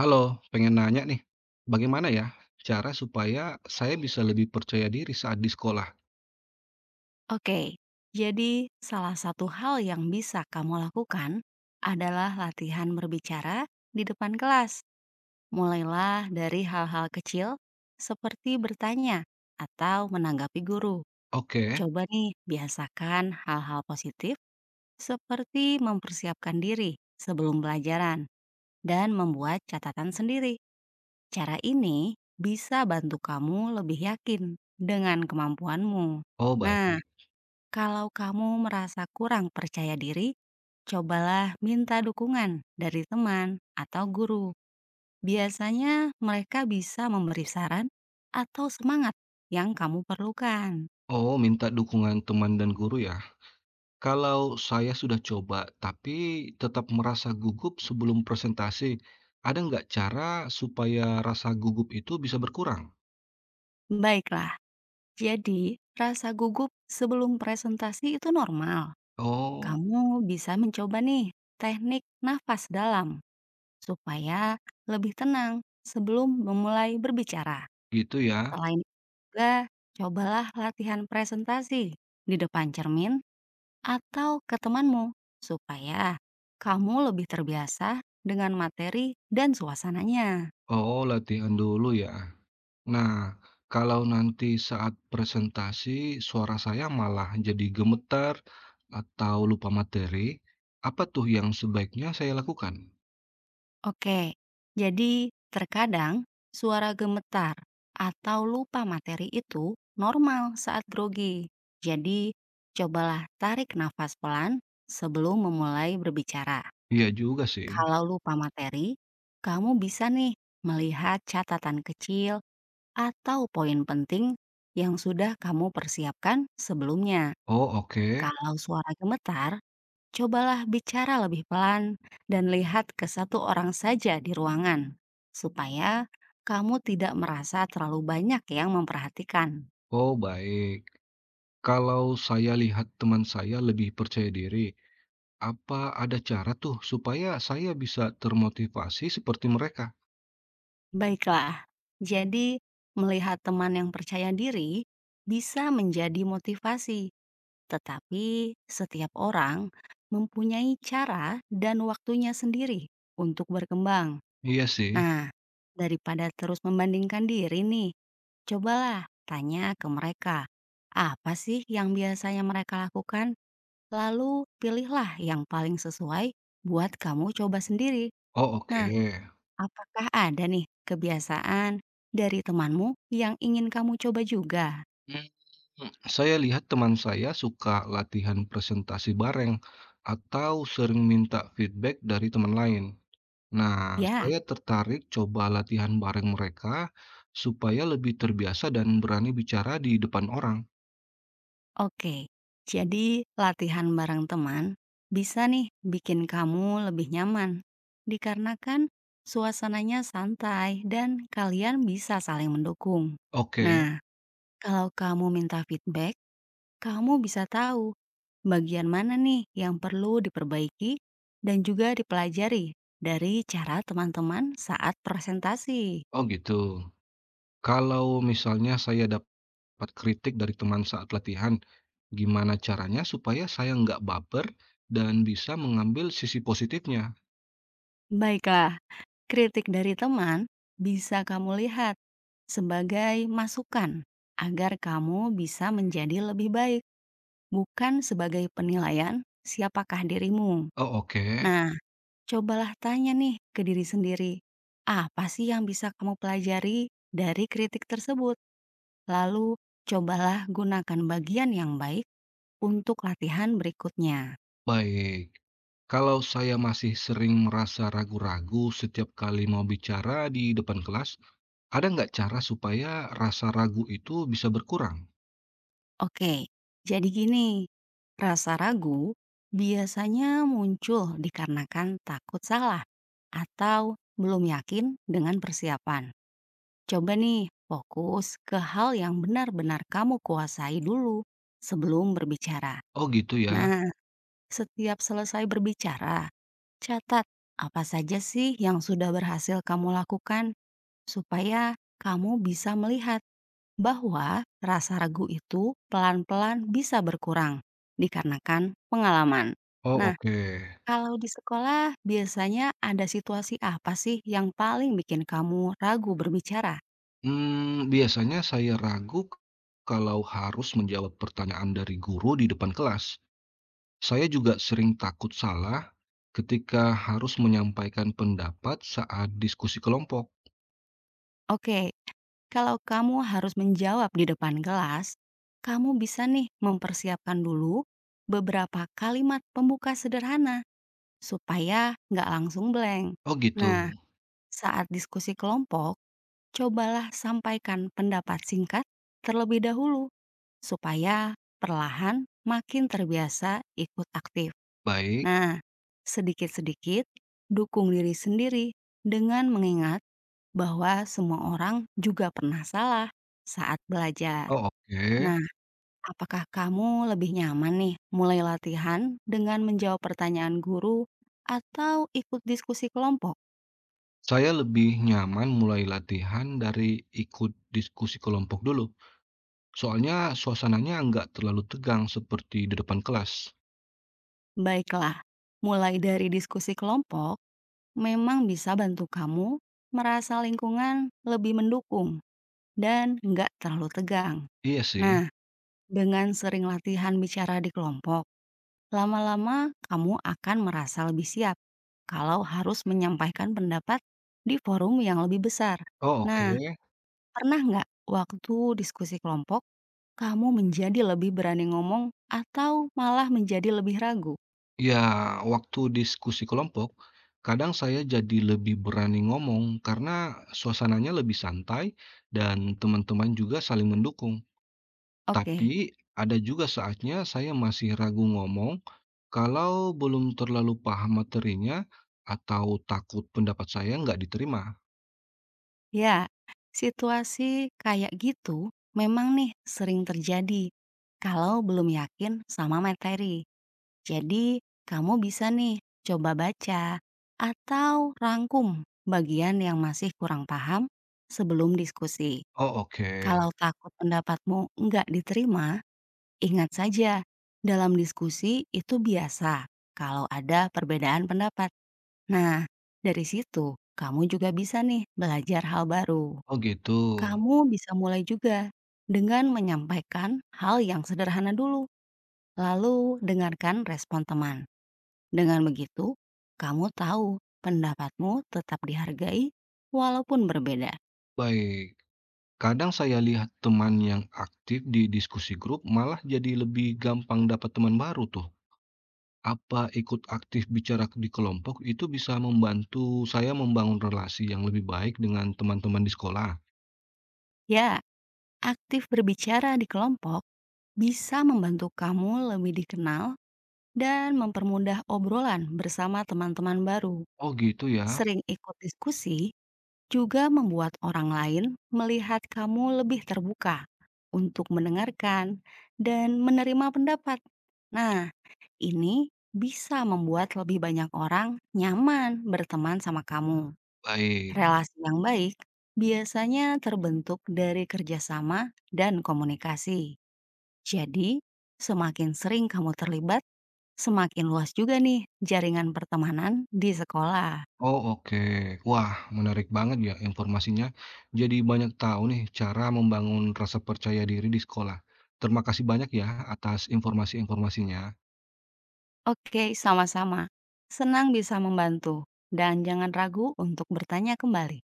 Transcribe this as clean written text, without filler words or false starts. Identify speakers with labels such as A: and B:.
A: Halo, pengen nanya nih, bagaimana ya cara supaya saya bisa lebih percaya diri saat di sekolah?
B: Oke, jadi salah satu hal yang bisa kamu lakukan adalah latihan berbicara di depan kelas. Mulailah dari hal-hal kecil seperti bertanya atau menanggapi guru.
A: Oke,
B: Coba nih, biasakan hal-hal positif seperti mempersiapkan diri sebelum pelajaran dan membuat catatan sendiri. Cara ini bisa bantu kamu lebih yakin dengan kemampuanmu.
A: oh baik.
B: Nah, kalau kamu merasa kurang percaya diri, cobalah minta dukungan dari teman atau guru. Biasanya mereka bisa memberi saran atau semangat yang kamu perlukan.
A: Oh, minta dukungan teman dan guru ya. Kalau saya sudah coba tapi tetap merasa gugup sebelum presentasi, ada nggak cara supaya rasa gugup itu bisa berkurang?
B: Baiklah, jadi rasa gugup sebelum presentasi itu normal.
A: Oh,
B: Kamu bisa mencoba nih teknik nafas dalam supaya lebih tenang sebelum memulai berbicara.
A: gitu ya.
B: Selain itu juga, cobalah latihan presentasi di depan cermin atau ke temanmu, supaya kamu lebih terbiasa dengan materi dan suasananya.
A: Oh, latihan dulu ya. Nah, kalau nanti saat presentasi suara saya malah jadi gemetar atau lupa materi, apa tuh yang sebaiknya saya lakukan?
B: Oke, jadi terkadang suara gemetar atau lupa materi itu normal saat grogi. Jadi, cobalah tarik nafas pelan sebelum memulai berbicara.
A: Iya juga sih.
B: Kalau lupa materi, kamu bisa nih melihat catatan kecil atau poin penting yang sudah kamu persiapkan sebelumnya.
A: Oh, oke.
B: Kalau suara gemetar, cobalah bicara lebih pelan dan lihat ke satu orang saja di ruangan, supaya kamu tidak merasa terlalu banyak yang memperhatikan.
A: Oh, baik. Kalau saya lihat teman saya lebih percaya diri, apa ada cara tuh supaya saya bisa termotivasi seperti mereka?
B: Baiklah, jadi melihat teman yang percaya diri bisa menjadi motivasi, tetapi setiap orang mempunyai cara dan waktunya sendiri untuk berkembang.
A: Iya sih.
B: Nah, daripada terus membandingkan diri nih, cobalah tanya ke mereka, apa sih yang biasanya mereka lakukan? Lalu pilihlah yang paling sesuai buat kamu coba sendiri.
A: Oh,
B: Nah,
A: oke.
B: apakah ada nih kebiasaan dari temanmu yang ingin kamu coba juga?
A: Hmm, Hmm, Saya lihat teman saya suka latihan presentasi bareng atau sering minta feedback dari teman lain. Nah,
B: Ya.
A: saya tertarik coba latihan bareng mereka supaya lebih terbiasa dan berani bicara di depan orang.
B: Oke, jadi latihan bareng teman bisa nih bikin kamu lebih nyaman, dikarenakan suasananya santai dan kalian bisa saling mendukung.
A: Oke,
B: Nah, kalau kamu minta feedback, kamu bisa tahu bagian mana nih yang perlu diperbaiki dan juga dipelajari dari cara teman-teman saat presentasi.
A: oh gitu. Kalau misalnya saya dapat kritik dari teman saat latihan, gimana caranya supaya saya nggak baper dan bisa mengambil sisi positifnya?
B: Baiklah, kritik dari teman bisa kamu lihat sebagai masukan agar kamu bisa menjadi lebih baik, bukan sebagai penilaian siapakah dirimu.
A: Oh oke,
B: Nah, cobalah tanya nih ke diri sendiri, apa sih yang bisa kamu pelajari dari kritik tersebut? Lalu, cobalah gunakan bagian yang baik untuk latihan berikutnya.
A: baik. Kalau saya masih sering merasa ragu-ragu setiap kali mau bicara di depan kelas, ada nggak cara supaya rasa ragu itu bisa berkurang?
B: Oke, jadi gini, rasa ragu biasanya muncul dikarenakan takut salah atau belum yakin dengan persiapan. Coba nih, fokus ke hal yang benar-benar kamu kuasai dulu sebelum berbicara.
A: Oh gitu ya.
B: Nah, setiap selesai berbicara, catat apa saja sih yang sudah berhasil kamu lakukan supaya kamu bisa melihat bahwa rasa ragu itu pelan-pelan bisa berkurang dikarenakan pengalaman.
A: Oh
B: Nah,
A: oke.
B: kalau di sekolah biasanya ada situasi apa sih yang paling bikin kamu ragu berbicara?
A: Hmm, biasanya saya kalau harus menjawab pertanyaan dari guru di depan kelas. Saya juga sering takut salah ketika harus menyampaikan pendapat saat diskusi kelompok.
B: Oke, kalau kamu harus menjawab di depan kelas, kamu bisa nih mempersiapkan dulu beberapa kalimat pembuka sederhana supaya nggak langsung blank.
A: Oh gitu.
B: Nah, saat diskusi kelompok, cobalah sampaikan pendapat singkat terlebih dahulu supaya perlahan makin terbiasa ikut aktif.
A: Baik.
B: Nah, sedikit-sedikit dukung diri sendiri dengan mengingat bahwa semua orang juga pernah salah saat belajar.
A: Oh oke.
B: Nah, apakah kamu lebih nyaman nih mulai latihan dengan menjawab pertanyaan guru atau ikut diskusi kelompok?
A: Saya lebih nyaman mulai latihan dari ikut diskusi kelompok dulu. Soalnya suasananya nggak terlalu tegang seperti di depan kelas.
B: Baiklah, mulai dari diskusi kelompok memang bisa bantu kamu merasa lingkungan lebih mendukung dan nggak terlalu tegang.
A: Iya sih.
B: Nah, dengan sering latihan bicara di kelompok, lama-lama kamu akan merasa lebih siap kalau harus menyampaikan pendapat di forum yang lebih besar.
A: Oh
B: Nah,
A: oke.
B: pernah nggak waktu diskusi kelompok kamu menjadi lebih berani ngomong atau malah menjadi lebih ragu?
A: Ya, waktu diskusi kelompok, kadang saya jadi lebih berani ngomong karena suasananya lebih santai dan teman-teman juga saling mendukung.
B: Oke.
A: Tapi ada juga saatnya saya masih ragu ngomong kalau belum terlalu paham materinya atau takut pendapat saya nggak diterima.
B: Ya, situasi kayak gitu memang nih sering terjadi kalau belum yakin sama materi. Jadi, kamu bisa nih coba baca atau rangkum bagian yang masih kurang paham sebelum diskusi.
A: Oh
B: Kalau
A: oke,
B: takut pendapatmu nggak diterima, ingat saja, dalam diskusi itu biasa kalau ada perbedaan pendapat. Nah, dari situ kamu juga bisa nih belajar hal baru.
A: oh gitu.
B: Kamu bisa mulai juga dengan menyampaikan hal yang sederhana dulu, lalu dengarkan respon teman. Dengan begitu, kamu tahu pendapatmu tetap dihargai walaupun berbeda.
A: Baik, kadang saya lihat teman yang aktif di diskusi grup malah jadi lebih gampang dapat teman baru tuh. Apa ikut aktif bicara di kelompok itu bisa membantu saya membangun relasi yang lebih baik dengan teman-teman di sekolah?
B: Ya, aktif berbicara di kelompok bisa membantu kamu lebih dikenal dan mempermudah obrolan bersama teman-teman baru.
A: Oh gitu ya,
B: Sering ikut diskusi juga membuat orang lain melihat kamu lebih terbuka untuk mendengarkan dan menerima pendapat. Nah, ini bisa membuat lebih banyak orang nyaman berteman sama kamu. Hmm.
A: baik.
B: Relasi yang baik biasanya terbentuk dari kerjasama dan komunikasi. Jadi, semakin sering kamu terlibat, semakin luas juga nih jaringan pertemanan di sekolah.
A: Oh, oke. Wah, menarik banget ya informasinya. Jadi banyak tahu nih cara membangun rasa percaya diri di sekolah. Terima kasih banyak ya atas informasi-informasinya.
B: Oke, sama-sama. Senang bisa membantu, dan jangan ragu untuk bertanya kembali.